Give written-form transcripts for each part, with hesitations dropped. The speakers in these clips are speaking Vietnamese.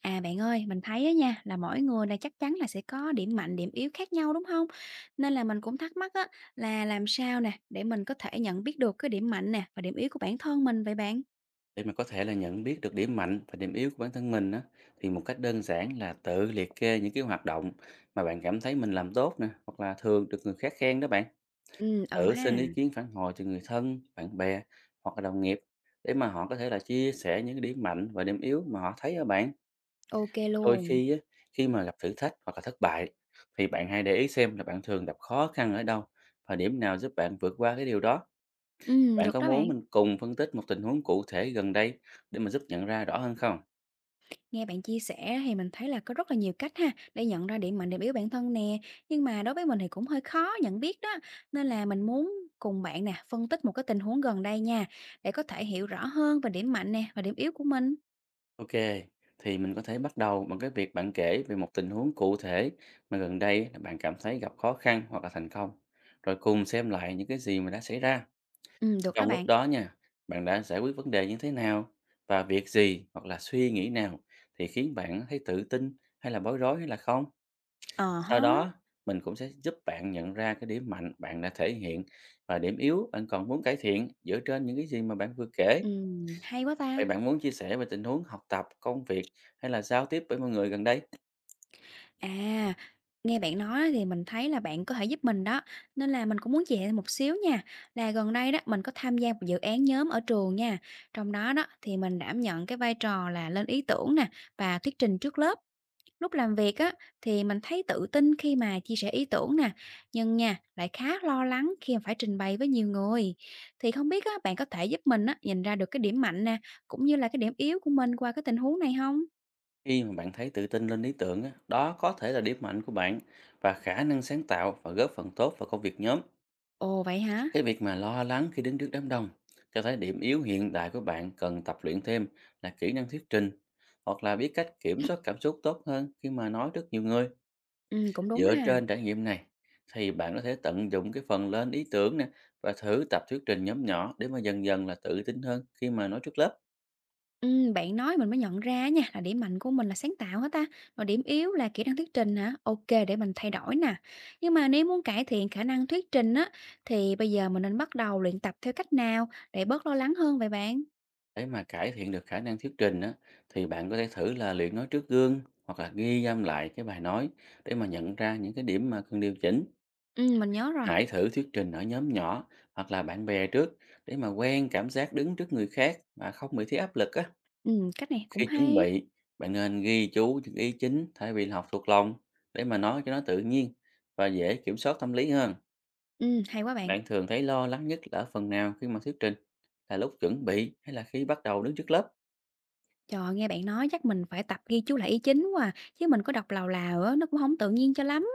À bạn ơi, mình thấy á nha là mỗi người là chắc chắn là sẽ có điểm mạnh, điểm yếu khác nhau đúng không? Nên là mình cũng thắc mắc á là làm sao nè để mình có thể nhận biết được cái điểm mạnh nè và điểm yếu của bản thân mình vậy bạn? Để mà có thể là nhận biết được điểm mạnh và điểm yếu của bản thân mình á, thì một cách đơn giản là tự liệt kê những cái hoạt động mà bạn cảm thấy mình làm tốt nè, hoặc là thường được người khác khen đó bạn. Ừ, ờ Thử xin ha, ý kiến phản hồi từ người thân, bạn bè hoặc là đồng nghiệp để mà họ có thể là chia sẻ những cái điểm mạnh và điểm yếu mà họ thấy ở bạn. ok Đôi luôn. khi á, khi mà gặp thử thách hoặc là thất bại thì bạn hãy để ý xem là bạn thường gặp khó khăn ở đâu và điểm nào giúp bạn vượt qua cái điều đó. Ừ, Bạn được có đó bạn. muốn mình cùng phân tích một tình huống cụ thể gần đây để mà giúp nhận ra rõ hơn không? Nghe bạn chia sẻ thì mình thấy là có rất là nhiều cách ha để nhận ra điểm mạnh, điểm yếu bản thân nè. Nhưng mà đối với mình thì cũng hơi khó nhận biết đó. Nên là mình muốn cùng bạn nè phân tích một cái tình huống gần đây nha để có thể hiểu rõ hơn về điểm mạnh nè và điểm yếu của mình. Ok, thì mình có thể bắt đầu bằng cái việc bạn kể về một tình huống cụ thể mà gần đây là bạn cảm thấy gặp khó khăn hoặc là thành công, rồi cùng xem lại những cái gì mà đã xảy ra. Ừ, được đó Trong lúc bạn. đó nha, bạn đã giải quyết vấn đề như thế nào và việc gì hoặc là suy nghĩ nào thì khiến bạn thấy tự tin hay là bối rối hay là không. Ờ Sau hớ, đó, mình cũng sẽ giúp bạn nhận ra cái điểm mạnh bạn đã thể hiện và điểm yếu bạn còn muốn cải thiện dựa trên những cái gì mà bạn vừa kể. Hay quá Vậy ta! bạn muốn chia sẻ về tình huống học tập, công việc hay là giao tiếp với mọi người gần đây? À, nghe bạn nói thì mình thấy là bạn có thể giúp mình đó, nên là mình cũng muốn chia sẻ một xíu nha. Là gần đây đó, mình có tham gia một dự án nhóm ở trường nha, trong đó đó thì mình đảm nhận cái vai trò là lên ý tưởng nè và thuyết trình trước lớp. Lúc làm việc á, thì mình thấy tự tin khi mà chia sẻ ý tưởng nè, nhưng nha, lại khá lo lắng khi mà phải trình bày với nhiều người. Thì không biết á, bạn có thể giúp mình á, nhìn ra được cái điểm mạnh nè, cũng như là cái điểm yếu của mình qua cái tình huống này không? Khi mà bạn thấy tự tin lên ý tưởng, á, đó có thể là điểm mạnh của bạn và khả năng sáng tạo và góp phần tốt vào công việc nhóm. Ồ, vậy hả? Cái việc mà lo lắng khi đến trước đám đông cho thấy điểm yếu hiện tại của bạn cần tập luyện thêm là kỹ năng thuyết trình hoặc là biết cách kiểm soát cảm xúc tốt hơn khi mà nói trước nhiều người. Cũng đúng Dựa ha. trên trải nghiệm này thì bạn có thể tận dụng cái phần lên ý tưởng nè và thử tập thuyết trình nhóm nhỏ để mà dần dần là tự tin hơn khi mà nói trước lớp. Bạn nói mình mới nhận ra nha, là điểm mạnh của mình là sáng tạo hả ta? Rồi điểm yếu là kỹ năng thuyết trình hả? OK, để mình thay đổi nè. Nhưng mà nếu muốn cải thiện khả năng thuyết trình á, thì bây giờ mình nên bắt đầu luyện tập theo cách nào để bớt lo lắng hơn vậy bạn? Để mà cải thiện được khả năng thuyết trình á, thì bạn có thể thử là luyện nói trước gương hoặc là ghi âm lại cái bài nói để mà nhận ra những cái điểm mà cần điều chỉnh. Mình nhớ rồi. Hãy thử thuyết trình ở nhóm nhỏ hoặc là bạn bè trước để mà quen cảm giác đứng trước người khác mà không bị thấy áp lực á. Cách này cũng Khi chuẩn hay. bị, bạn nên ghi chú những ý chính thay vì là học thuộc lòng để mà nói cho nó tự nhiên và dễ kiểm soát tâm lý hơn. Hay quá bạn. Bạn thường thấy lo lắng nhất là ở phần nào khi mà thuyết trình, là lúc chuẩn bị hay là khi bắt đầu đứng trước lớp? Trời, nghe bạn nói chắc mình phải tập ghi chú lại ý chính quá à, chứ mình có đọc lào lào á, nó cũng không tự nhiên cho lắm.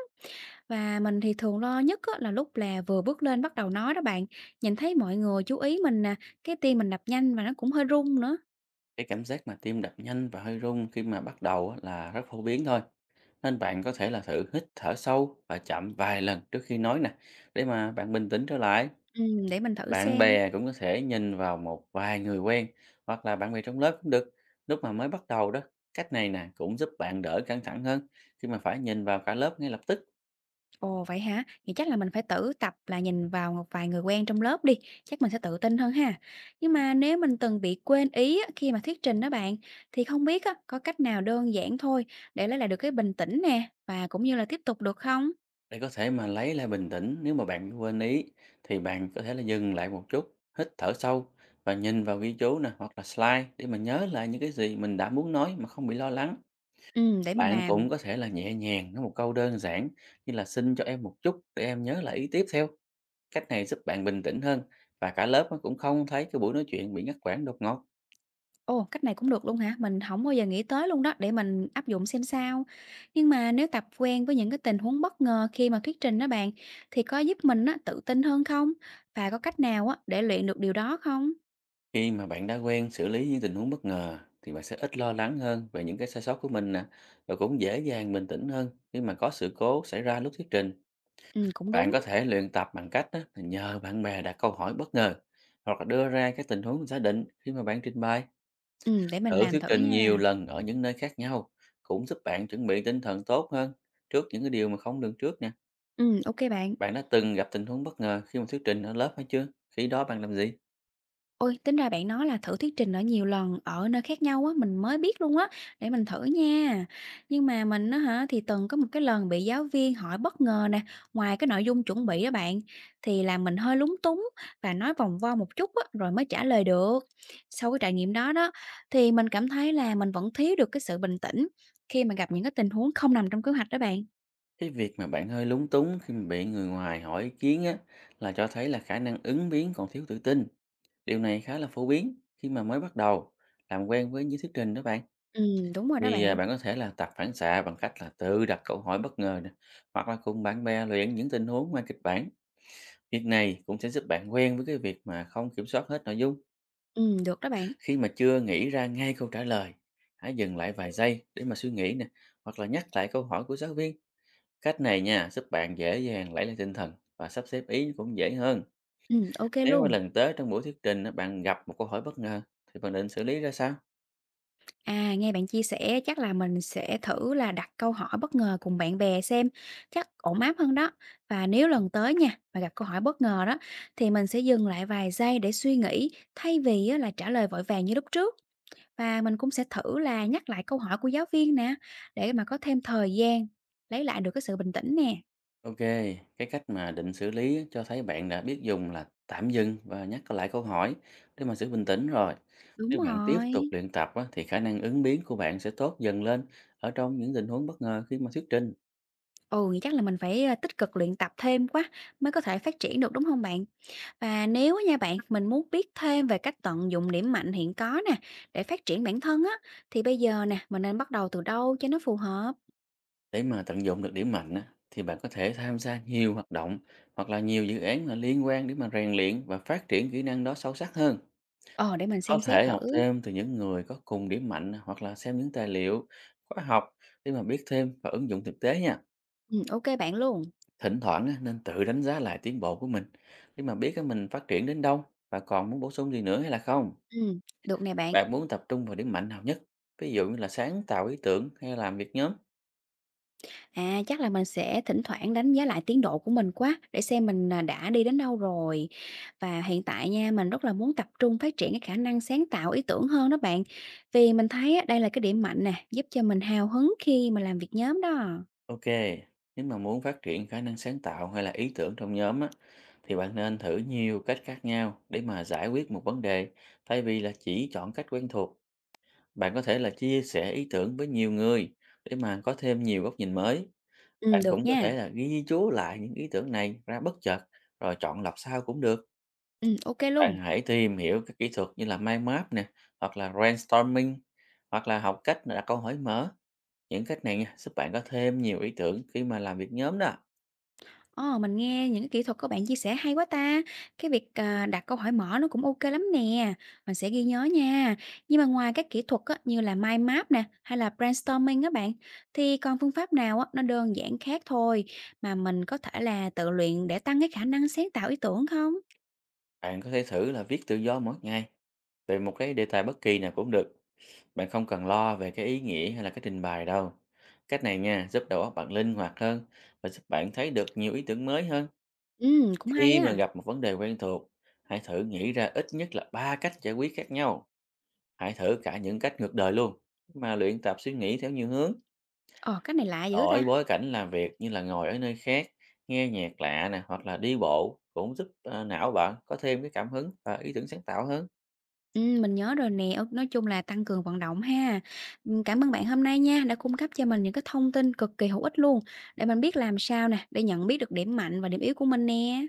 Và mình thì thường lo nhất á, là lúc là vừa bước lên bắt đầu nói đó bạn, nhìn thấy mọi người chú ý mình nè, cái tim mình đập nhanh và nó cũng hơi run nữa. Cái cảm giác mà tim đập nhanh và hơi run khi mà bắt đầu á là rất phổ biến thôi. Nên bạn có thể là thử hít thở sâu và chậm vài lần trước khi nói nè, để mà bạn bình tĩnh trở lại. Để mình thử Bạn xem. bè cũng có thể nhìn vào một vài người quen hoặc là bạn bè trong lớp cũng được. Lúc mà mới bắt đầu đó, cách này nè cũng giúp bạn đỡ căng thẳng hơn khi mà phải nhìn vào cả lớp ngay lập tức. Ồ vậy hả? Vậy chắc là mình phải tự tập là nhìn vào một vài người quen trong lớp đi, chắc mình sẽ tự tin hơn ha. Nhưng mà nếu mình từng bị quên ý á, khi mà thuyết trình đó bạn, thì không biết á, có cách nào đơn giản thôi để lấy lại được cái bình tĩnh nè và cũng như là tiếp tục được không? Để có thể mà lấy lại bình tĩnh nếu mà bạn quên ý thì bạn có thể là dừng lại một chút, hít thở sâu và nhìn vào ghi chú nè hoặc là slide để mà nhớ lại những cái gì mình đã muốn nói mà không bị lo lắng. Ừ, để mình Bạn làm. cũng có thể là nhẹ nhàng nói một câu đơn giản như là xin cho em một chút để em nhớ lại ý tiếp theo. Cách này giúp bạn bình tĩnh hơn và cả lớp nó cũng không thấy cái buổi nói chuyện bị ngắt quãng đột ngột. Ồ, cách này cũng được luôn hả? Mình hổng bao giờ nghĩ tới luôn đó, để mình áp dụng xem sao. Nhưng mà nếu tập quen với những cái tình huống bất ngờ khi mà thuyết trình đó bạn, thì có giúp mình á, tự tin hơn không? Và có cách nào á, để luyện được điều đó không? Khi mà bạn đã quen xử lý những tình huống bất ngờ thì bạn sẽ ít lo lắng hơn về những cái sai sót của mình nè và cũng dễ dàng bình tĩnh hơn khi mà có sự cố xảy ra lúc thuyết trình. Cũng Bạn đúng. có thể luyện tập bằng cách á, là nhờ bạn bè đặt câu hỏi bất ngờ hoặc là đưa ra các tình huống giả định khi mà bạn trình bày. Để mình Thử làm thuyết thử trình nhiều nha. lần ở những nơi khác nhau cũng giúp bạn chuẩn bị tinh thần tốt hơn trước những cái điều mà không lường trước nè. Ô bạn. Bạn đã từng gặp tình huống bất ngờ khi mà thuyết trình ở lớp hay chưa? Khi đó bạn làm gì? Ôi, tính ra bạn nói là thử thuyết trình ở nhiều lần ở nơi khác nhau á, mình mới biết luôn á, để mình thử nha. Nhưng mà mình á hả, thì từng có một cái lần bị giáo viên hỏi bất ngờ nè, ngoài cái nội dung chuẩn bị đó bạn, thì làm mình hơi lúng túng và nói vòng vo một chút á, rồi mới trả lời được. Sau cái trải nghiệm đó đó, thì mình cảm thấy là mình vẫn thiếu được cái sự bình tĩnh khi mà gặp những cái tình huống không nằm trong kế hoạch đó bạn. Cái việc mà bạn hơi lúng túng khi mà bị người ngoài hỏi ý kiến á, là cho thấy là khả năng ứng biến còn thiếu tự tin. Điều này khá là phổ biến khi mà mới bắt đầu làm quen với những thuyết trình đó bạn. Ừ, đúng rồi đó bạn. Bạn có thể là tập phản xạ bằng cách là tự đặt câu hỏi bất ngờ nè, hoặc là cùng bạn bè luyện những tình huống ngoài kịch bản. Việc này cũng sẽ giúp bạn quen với cái việc mà không kiểm soát hết nội dung. Ừ, được đó bạn. Khi mà chưa nghĩ ra ngay câu trả lời, hãy dừng lại vài giây để mà suy nghĩ nè, hoặc là nhắc lại câu hỏi của giáo viên. Cách này nha, giúp bạn dễ dàng lấy lại tinh thần và sắp xếp ý cũng dễ hơn. Ừ, ok Nếu mà luôn. lần tới trong buổi thuyết trình á, bạn gặp một câu hỏi bất ngờ thì bạn định xử lý ra sao? À, nghe bạn chia sẻ chắc là mình sẽ thử là đặt câu hỏi bất ngờ cùng bạn bè xem, chắc ổn áp hơn đó. Và nếu lần tới nha, mà gặp câu hỏi bất ngờ đó, thì mình sẽ dừng lại vài giây để suy nghĩ thay vì á, là trả lời vội vàng như lúc trước. Và mình cũng sẽ thử là nhắc lại câu hỏi của giáo viên nè, để mà có thêm thời gian lấy lại được cái sự bình tĩnh nè. Ok, cái cách mà định xử lý á, cho thấy bạn đã biết dùng là tạm dừng và nhắc lại câu hỏi để mà giữ bình tĩnh rồi. Đúng Nếu bạn tiếp tục rồi. luyện tập á, thì khả năng ứng biến của bạn sẽ tốt dần lên ở trong những tình huống bất ngờ khi mà thuyết trình. Ồ, vậy chắc là mình phải tích cực luyện tập thêm quá mới có thể phát triển được đúng không bạn? Và nếu á nha bạn, mình muốn biết thêm về cách tận dụng điểm mạnh hiện có nè, để phát triển bản thân á, thì bây giờ nè, mình nên bắt đầu từ đâu cho nó phù hợp? Để mà tận dụng được điểm mạnh á, thì bạn có thể tham gia nhiều hoạt động hoặc là nhiều dự án mà liên quan để mà rèn luyện và phát triển kỹ năng đó sâu sắc hơn. Ờ, để mình Có xem xét thể thử. học thêm từ những người có cùng điểm mạnh hoặc là xem những tài liệu, khóa học để mà biết thêm và ứng dụng thực tế nha. Ừ, ok bạn luôn. Thỉnh thoảng á, nên tự đánh giá lại tiến bộ của mình để mà biết á, mình phát triển đến đâu và còn muốn bổ sung gì nữa hay là không. Ừ, được nè bạn. Bạn muốn tập trung vào điểm mạnh nào nhất, ví dụ như là sáng tạo ý tưởng hay làm việc nhóm. À, chắc là mình sẽ thỉnh thoảng đánh giá lại tiến độ của mình quá, để xem mình đã đi đến đâu rồi. Và hiện tại nha, mình rất là muốn tập trung phát triển cái khả năng sáng tạo ý tưởng hơn đó bạn. Vì mình thấy á, đây là cái điểm mạnh nè, giúp cho mình hào hứng khi mà làm việc nhóm đó. Ok, nếu mà muốn phát triển khả năng sáng tạo hay là ý tưởng trong nhóm á, thì bạn nên thử nhiều cách khác nhau để mà giải quyết một vấn đề, thay vì là chỉ chọn cách quen thuộc. Bạn có thể là chia sẻ ý tưởng với nhiều người để mà có thêm nhiều góc nhìn mới. Ừ, Bạn được cũng có thể nha. là ghi chú lại những ý tưởng này ra bất chợt rồi chọn lọc sau cũng được. Ừ, ok luôn. Bạn hãy tìm hiểu các kỹ thuật như là mind map nè, hoặc là brainstorming, hoặc là học cách đặt câu hỏi mở. Những cách này nha, giúp bạn có thêm nhiều ý tưởng khi mà làm việc nhóm đó. Ờ, mình nghe những cái kỹ thuật của bạn chia sẻ hay quá ta. Cái việc, đặt câu hỏi mở nó cũng ok lắm nè, mình sẽ ghi nhớ nha. Nhưng mà ngoài các kỹ thuật á, như là mind map nè, hay là brainstorming á bạn, thì còn phương pháp nào á, nó đơn giản khác thôi mà mình có thể là tự luyện để tăng cái khả năng sáng tạo ý tưởng không? Bạn có thể thử là viết tự do mỗi ngày về một cái đề tài bất kỳ nào cũng được. Bạn không cần lo về cái ý nghĩa hay là cái trình bày đâu. Cách này nha, giúp đầu óc bạn linh hoạt hơn và giúp bạn thấy được nhiều ý tưởng mới hơn. Cũng hay Khi mà á. gặp một vấn đề quen thuộc, hãy thử nghĩ ra ít nhất là ba cách giải quyết khác nhau. Hãy thử cả những cách ngược đời luôn. Mà luyện tập suy nghĩ theo nhiều hướng, Ồ cái này lạ dữ đổi ta. bối cảnh làm việc như là ngồi ở nơi khác, nghe nhạc lạ nè, hoặc là đi bộ cũng giúp não bạn có thêm cái cảm hứng và ý tưởng sáng tạo hơn. Mình nhớ rồi nè, nói chung là tăng cường vận động ha. Cảm ơn bạn hôm nay nha, đã cung cấp cho mình những cái thông tin cực kỳ hữu ích luôn, để mình biết làm sao nè, để nhận biết được điểm mạnh và điểm yếu của mình nè.